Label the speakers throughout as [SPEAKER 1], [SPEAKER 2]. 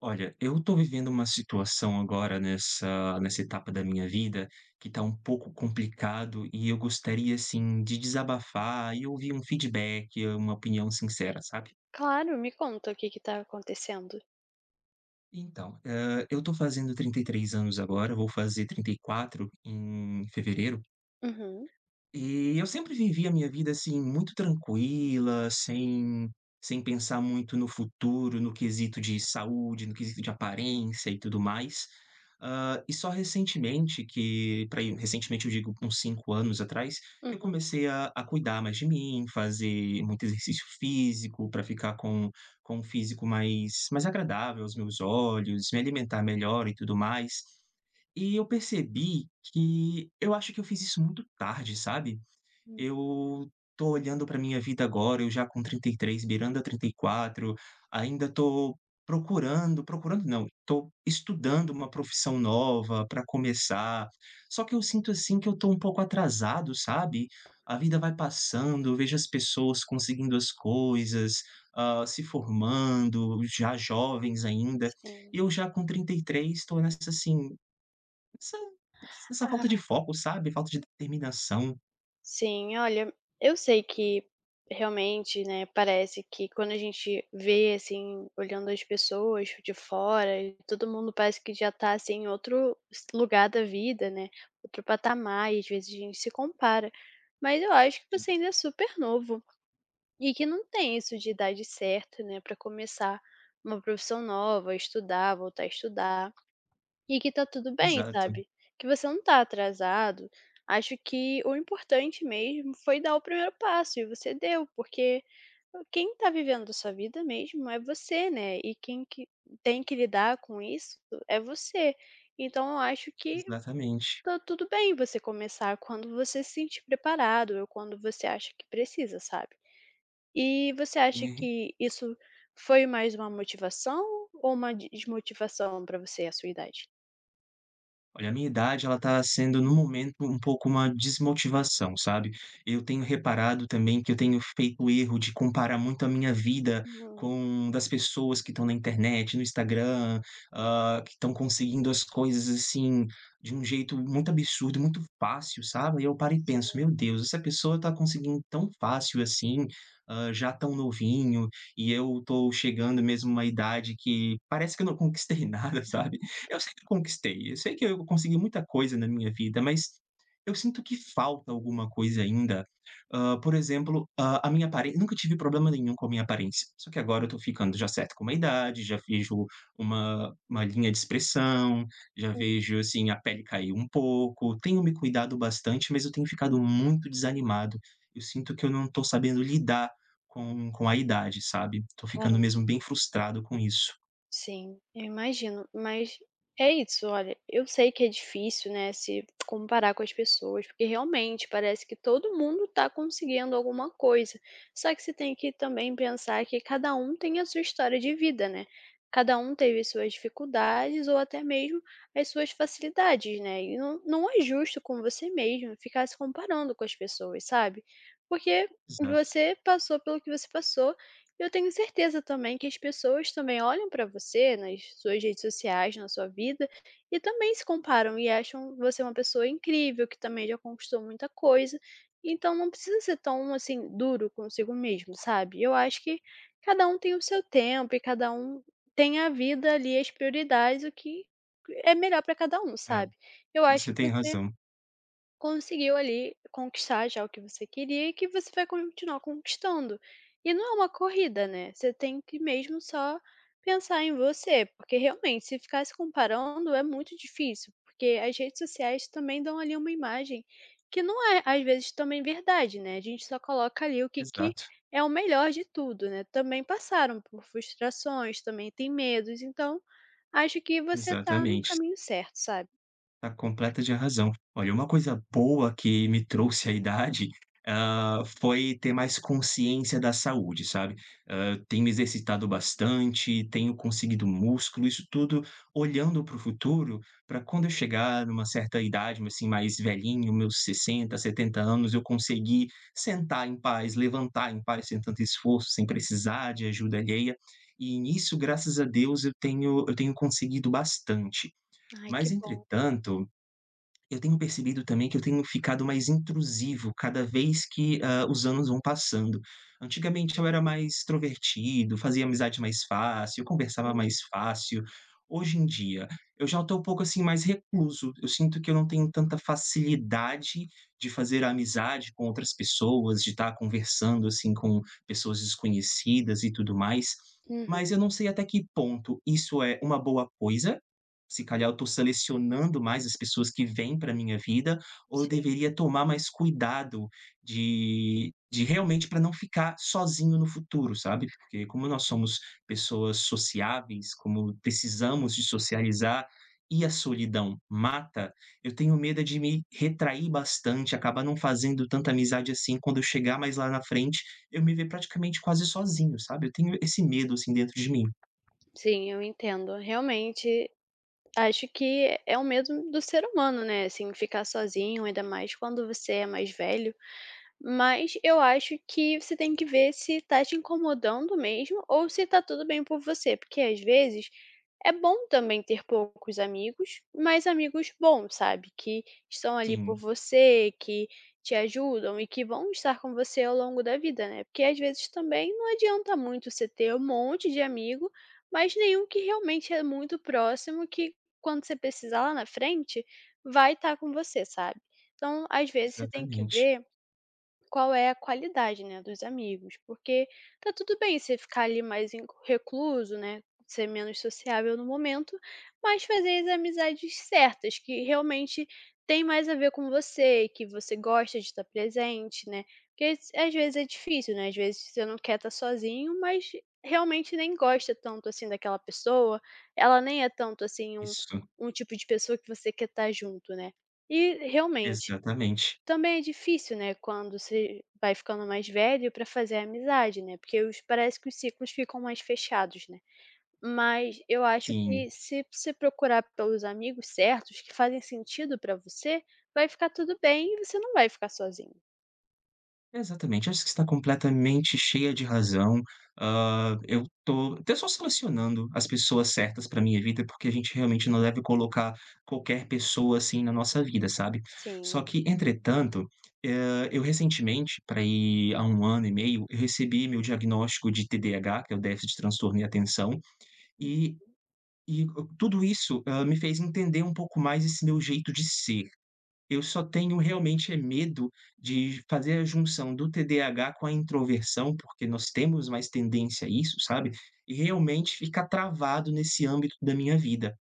[SPEAKER 1] Olha, eu tô vivendo uma situação agora nessa etapa da minha vida que tá um pouco complicado e eu gostaria, assim, de desabafar e ouvir um feedback, uma opinião sincera, sabe?
[SPEAKER 2] Claro, me conta o que que tá acontecendo.
[SPEAKER 1] Então, eu tô fazendo 33 anos agora, vou fazer 34 em fevereiro.
[SPEAKER 2] Uhum,
[SPEAKER 1] E eu sempre vivi a minha vida, assim, muito tranquila, sem pensar muito no futuro, no quesito de saúde, no quesito de aparência e tudo mais. E só recentemente, que pra recentemente eu digo uns 5 anos atrás, que eu
[SPEAKER 2] uhum.
[SPEAKER 1] comecei a cuidar mais de mim, fazer muito exercício físico para ficar com um físico mais agradável aos meus olhos, me alimentar melhor e tudo mais. E eu percebi que eu acho que eu fiz isso muito tarde, sabe?
[SPEAKER 2] Hum.
[SPEAKER 1] Eu tô olhando para minha vida agora, eu já com 33, beirando a 34, ainda tô procurando não, tô estudando uma profissão nova para começar, só que eu sinto, assim, que eu tô um pouco atrasado, sabe. A vida vai passando, eu vejo as pessoas conseguindo as coisas, se formando, já jovens ainda,
[SPEAKER 2] Sim.
[SPEAKER 1] e eu já com 33 tô nessa, assim, nessa nessa falta
[SPEAKER 2] Ah,
[SPEAKER 1] de foco, sabe, falta de determinação.
[SPEAKER 2] sim, Olha, eu sei que realmente, né, parece que quando a gente vê, assim, olhando as pessoas de fora e todo mundo parece que já tá, assim, em outro s lugar da vida, né, outro patamar e às vezes a gente se compara. Mas eu acho que você ainda é super novo e que não tem isso de idade certa, né, pra começar uma profissão nova, estudar, voltar a estudar. E que tá tudo bem,
[SPEAKER 1] Exato.
[SPEAKER 2] sabe? Que você não tá atrasado. Acho que o importante mesmo foi dar o primeiro passo e você deu, porque quem tá vivendo a sua vida mesmo é você, né? E quem que tem que lidar com isso é você. Então eu acho que
[SPEAKER 1] Exatamente.
[SPEAKER 2] tá tudo bem você começar quando você se sentir preparado ou quando você acha que precisa, sabe? E você acha
[SPEAKER 1] E,
[SPEAKER 2] que isso foi mais uma motivação ou uma desmotivação pra você à sua idade?
[SPEAKER 1] olha, a minha idade ela tá sendo no momento um pouco uma desmotivação, sabe. Eu tenho reparado também que eu tenho feito o erro de comparar muito a minha vida
[SPEAKER 2] Uhum.
[SPEAKER 1] com das pessoas que estão na internet, no Instagram, que estão conseguindo as coisas, assim, de um jeito muito absurdo, muito fácil, sabe. Aí eu paro e penso: "Meu Deus, essa pessoa tá conseguindo tão fácil assim, já tão novinho, e eu tô chegando mesmo a uma idade que parece que eu não conquistei nada", sabe. Eu sei que eu conquistei, eu sei que eu consegui muita coisa na minha vida, mas eu sinto que falta alguma coisa ainda. Por exemplo, a minha aparen nunca tive problema nenhum com a minha aparência, só que agora eu tô ficando já certo com uma idade, já vejo uma linha de expressão, já
[SPEAKER 2] Hum,
[SPEAKER 1] vejo, assim, a pele cair um pouco. Tenho me cuidado bastante, mas eu tenho ficado muito desanimado. Eu sinto que eu não tô sabendo lidar com a idade, sabe. Tô
[SPEAKER 2] cara,
[SPEAKER 1] ficando mesmo bem frustrado com isso.
[SPEAKER 2] sim, eu imagino, mas é isso, olha, eu sei que é difícil, né, se comparar com as pessoas, porque realmente parece que todo mundo tá conseguindo alguma coisa. Só que você tem que também pensar que cada um tem a sua história de vida, né? Cada um teve suas dificuldades ou até mesmo as suas facilidades, né? E não, não é justo com você mesmo ficar se comparando com as pessoas, sabe? Porque
[SPEAKER 1] Exato.
[SPEAKER 2] você passou pelo que você passou. Eu tenho certeza também que as pessoas também olham para você nas suas redes sociais, na sua vida, e também se comparam e acham você uma pessoa incrível, que também já conquistou muita coisa. Então não precisa ser tão assim duro consigo mesmo, sabe? Eu acho que cada um tem o seu tempo e cada um tem a vida ali, as prioridades, o que é melhor para cada um,
[SPEAKER 1] É,
[SPEAKER 2] sabe? Eu acho
[SPEAKER 1] você
[SPEAKER 2] que
[SPEAKER 1] tem
[SPEAKER 2] você
[SPEAKER 1] razão.
[SPEAKER 2] conseguiu ali conquistar já o que você queria e que você vai continuar conquistando. E não é uma corrida, né, você tem que mesmo só pensar em você, porque realmente se ficar se comparando é muito difícil, porque as redes sociais também dão ali uma imagem que não é às vezes também verdade, né, a gente só coloca ali o que que
[SPEAKER 1] Exato,
[SPEAKER 2] é o melhor de tudo, né. Também passaram por frustrações, também tem medos, então acho que você tá no
[SPEAKER 1] exatamente.
[SPEAKER 2] caminho certo, sabe.
[SPEAKER 1] Tá completa de razão. Olha, uma coisa boa que me trouxe a idade, foi ter mais consciência da saúde, sabe. Tenho me exercitado bastante, tenho conseguido músculo, isso tudo olhando para o futuro, para quando eu chegar numa certa idade, assim, mais velhinho, meus 60, 70 anos, eu conseguir sentar em paz, levantar em paz, sem tanto esforço, sem precisar de ajuda alheia. E nisso, graças a Deus, eu tenho conseguido bastante.
[SPEAKER 2] Ai que
[SPEAKER 1] Mas,
[SPEAKER 2] bom.
[SPEAKER 1] entretanto, eu tenho percebido também que eu tenho ficado mais intrusivo cada vez que, os anos vão passando. Antigamente eu era mais extrovertido, fazia amizade mais fácil, conversava
[SPEAKER 2] Uhum.
[SPEAKER 1] mais fácil. Hoje em dia, eu já estou um pouco, assim, mais recluso. Eu sinto que eu não tenho tanta facilidade de fazer amizade com outras pessoas, de estar conversando, assim, com pessoas desconhecidas e tudo mais. Mas
[SPEAKER 2] Uhum.
[SPEAKER 1] eu não sei até que ponto isso é uma boa coisa. Se calhar eu estou selecionando mais as pessoas que vêm para minha vida, ou eu
[SPEAKER 2] Sim,
[SPEAKER 1] deveria tomar mais cuidado de realmente, para não ficar sozinho no futuro, sabe, porque como nós
[SPEAKER 2] é.
[SPEAKER 1] somos pessoas sociáveis, como precisamos de socializar e a solidão mata, eu tenho medo é de me retrair bastante, acabar não fazendo tanta amizade assim, quando eu chegar mais lá na frente, eu me ver praticamente quase sozinho, sabe, eu tenho esse medo, assim, dentro de mim.
[SPEAKER 2] Sim, eu entendo. Realmente, acho que é o medo do ser humano, né, assim, ficar sozinho, ainda mais quando você é mais velho. Mas eu acho que você tem que ver se tá te incomodando mesmo ou se tá tudo bem por você, porque às vezes é bom também ter poucos amigos, mas amigos bons, sabe, que estão ali por
[SPEAKER 1] Sim,
[SPEAKER 2] você, que te ajudam e que vão estar com você ao longo da vida, né. Porque às vezes também não adianta muito você ter um monte de amigo, mas nenhum que realmente é muito próximo, que quando você precisar lá na frente, vai estar com você, sabe. Então, às vezes, você tem que
[SPEAKER 1] exatamente.
[SPEAKER 2] ver qual é a qualidade, né, dos amigos, porque tá tudo bem você ficar ali mais em recluso, né, ser menos sociável no momento, mas fazer as amizades certas, que realmente tem mais a ver com você, que você gosta de estar presente, né, porque às vezes é difícil, né, às vezes você não quer estar sozinho, mas realmente nem gosta tanto, assim, daquela pessoa, ela nem é tanto, assim, um
[SPEAKER 1] Isso.
[SPEAKER 2] um tipo de pessoa que você quer estar junto, né. E, realmente,
[SPEAKER 1] Exatamente,
[SPEAKER 2] também é difícil, né, quando você vai ficando mais velho para fazer amizade, né, porque os parece que os ciclos ficam mais fechados, né. Mas eu acho
[SPEAKER 1] sim,
[SPEAKER 2] que se você procurar pelos amigos certos, que fazem sentido para você, vai ficar tudo bem e você não vai ficar sozinho.
[SPEAKER 1] exatamente. Acho que você está completamente cheia de razão. Eu tô até só selecionando as pessoas certas para minha vida, porque a gente realmente não deve colocar qualquer pessoa, assim, na nossa vida, sabe.
[SPEAKER 2] Sim.
[SPEAKER 1] Só que, entretanto, eu recentemente, para ir há 1 ano e meio, eu recebi meu diagnóstico de TDAH, que é o déficit de transtorno e atenção,
[SPEAKER 2] Hum,
[SPEAKER 1] e e tudo isso, me fez entender um pouco mais esse meu jeito de ser. Eu só tenho realmente é medo de fazer a junção do TDAH com a introversão, porque nós temos mais tendência a isso, sabe, e realmente ficar travado nesse âmbito da minha vida.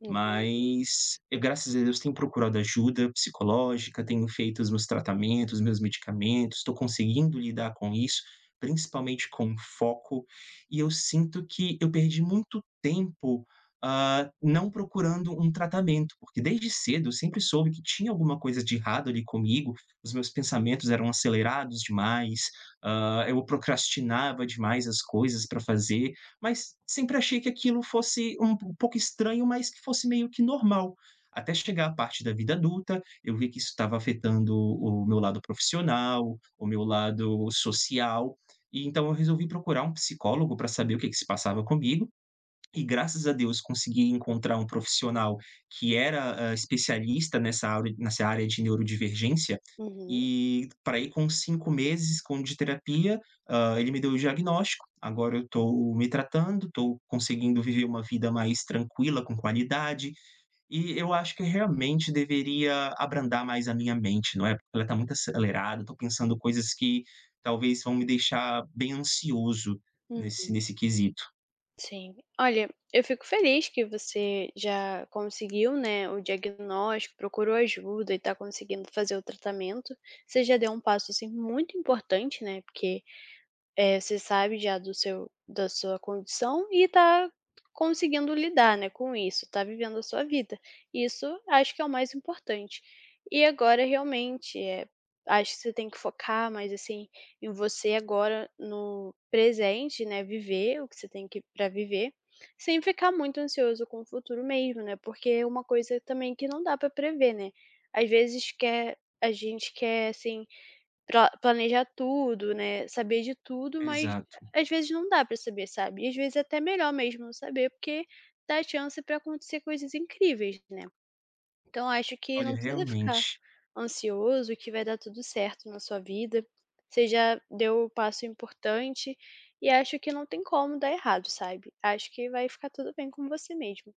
[SPEAKER 2] entendi.
[SPEAKER 1] Mas eu, graças a Deus, tenho procurado ajuda psicológica, tenho feito os meus tratamentos, meus medicamentos, estou conseguindo lidar com isso, principalmente com foco, e eu sinto que eu perdi muito tempo, não procurando um tratamento, porque desde cedo eu sempre soube que tinha alguma coisa de errado ali comigo, os meus pensamentos eram acelerados demais, eu procrastinava demais as coisas para fazer, mas sempre achei que aquilo fosse um pouco estranho, mas que fosse meio que normal. Até chegar à parte da vida adulta, eu vi que isso estava afetando o meu lado profissional, o meu lado social, e então eu resolvi procurar um psicólogo para saber o que que se passava comigo. E graças a Deus consegui encontrar um profissional que era, especialista nessa área de neurodivergência,
[SPEAKER 2] Uhum,
[SPEAKER 1] e para ir com 5 meses com de terapia, ele me deu o diagnóstico, agora eu estou me tratando, estou conseguindo viver uma vida mais tranquila, com qualidade, e eu acho que realmente deveria abrandar mais a minha mente, não é, porque ela está muito acelerada, estou pensando coisas que talvez vão me deixar bem ansioso
[SPEAKER 2] uhum.
[SPEAKER 1] nesse quesito.
[SPEAKER 2] Sim. Olha, eu fico feliz que você já conseguiu, né, o diagnóstico, procurou ajuda e está conseguindo fazer o tratamento. Você já deu um passo, assim, muito importante, né, porque eh, você sabe já do seu da sua condição e tá conseguindo lidar, né, com isso, tá vivendo a sua vida. Isso acho que é o mais importante. E agora realmente, eh, acho que você tem que focar mais, assim, em você agora no presente, né, viver o que você tem que para viver, sem ficar muito ansioso com o futuro mesmo, né, porque é uma coisa também que não dá para prever, né. Às vezes quer a gente quer, assim, pra planejar tudo, né, saber de tudo, mas
[SPEAKER 1] Exato.
[SPEAKER 2] às vezes não dá pra saber, sabe. E às vezes é até melhor mesmo não saber, porque dá chance pra acontecer coisas incríveis, né. Então acho que não
[SPEAKER 1] Olha,
[SPEAKER 2] precisa ficar
[SPEAKER 1] realmente.
[SPEAKER 2] ansioso que vai dar tudo certo na sua vida. Você já deu o passo importante e acho que não tem como dar errado, sabe. Acho que vai ficar tudo bem com você mesmo.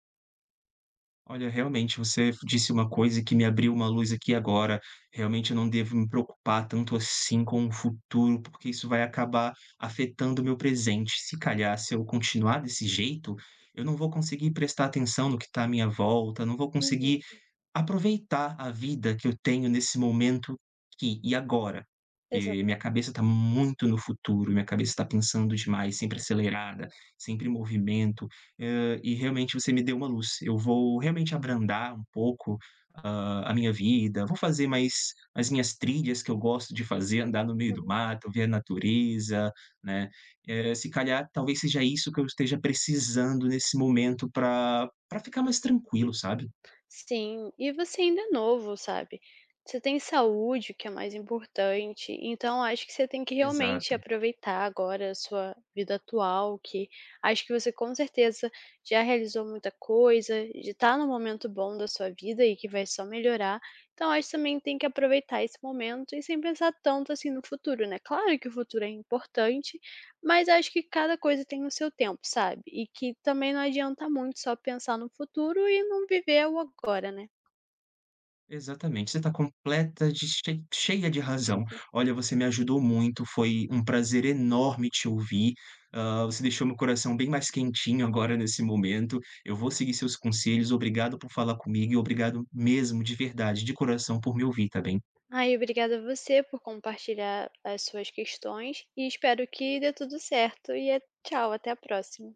[SPEAKER 1] Olha, realmente, você disse uma coisa que me abriu uma luz aqui agora. Realmente eu não devo me preocupar tanto assim com o futuro, porque isso vai acabar afetando o meu presente. Se calhar, se eu continuar desse jeito, eu não vou conseguir prestar atenção no que está à minha volta, não vou conseguir
[SPEAKER 2] Uhum,
[SPEAKER 1] aproveitar a vida que eu tenho nesse momento aqui e agora, porque
[SPEAKER 2] exata
[SPEAKER 1] minha cabeça está muito no futuro, minha cabeça está pensando demais, sempre acelerada, sempre em movimento, e realmente você me deu uma luz. Eu vou realmente abrandar um pouco, a minha vida, vou fazer mais as minhas trilhas que eu gosto de fazer, andar no meio do
[SPEAKER 2] uhum.
[SPEAKER 1] mato, ver a natureza, né, se calhar talvez seja isso que eu esteja precisando nesse momento para ficar mais tranquilo, sabe.
[SPEAKER 2] Sim, e você ainda é novo, sabe. Você tem saúde, que é mais importante, então acho que você tem que realmente
[SPEAKER 1] Exato.
[SPEAKER 2] aproveitar agora a sua vida atual, que acho que você com certeza já realizou muita coisa, já tá num momento bom da sua vida e que vai só melhorar. Então acho que também tem que aproveitar esse momento e sem pensar tanto assim no futuro, né. Claro que o futuro é importante, mas acho que cada coisa tem o seu tempo, sabe, e que também não adianta muito só pensar no futuro e não viver o agora, né.
[SPEAKER 1] Exatamente, você está completa de cheia de razão. Olha, você me ajudou muito, foi um prazer enorme te ouvir, você deixou meu coração bem mais quentinho agora nesse momento. Eu vou seguir seus conselhos, obrigado por falar comigo e obrigado mesmo, de verdade, de coração, por me ouvir, tá bem?
[SPEAKER 2] Aí, obrigada a você por compartilhar as suas questões e espero que dê tudo certo e a tchau, até a próxima.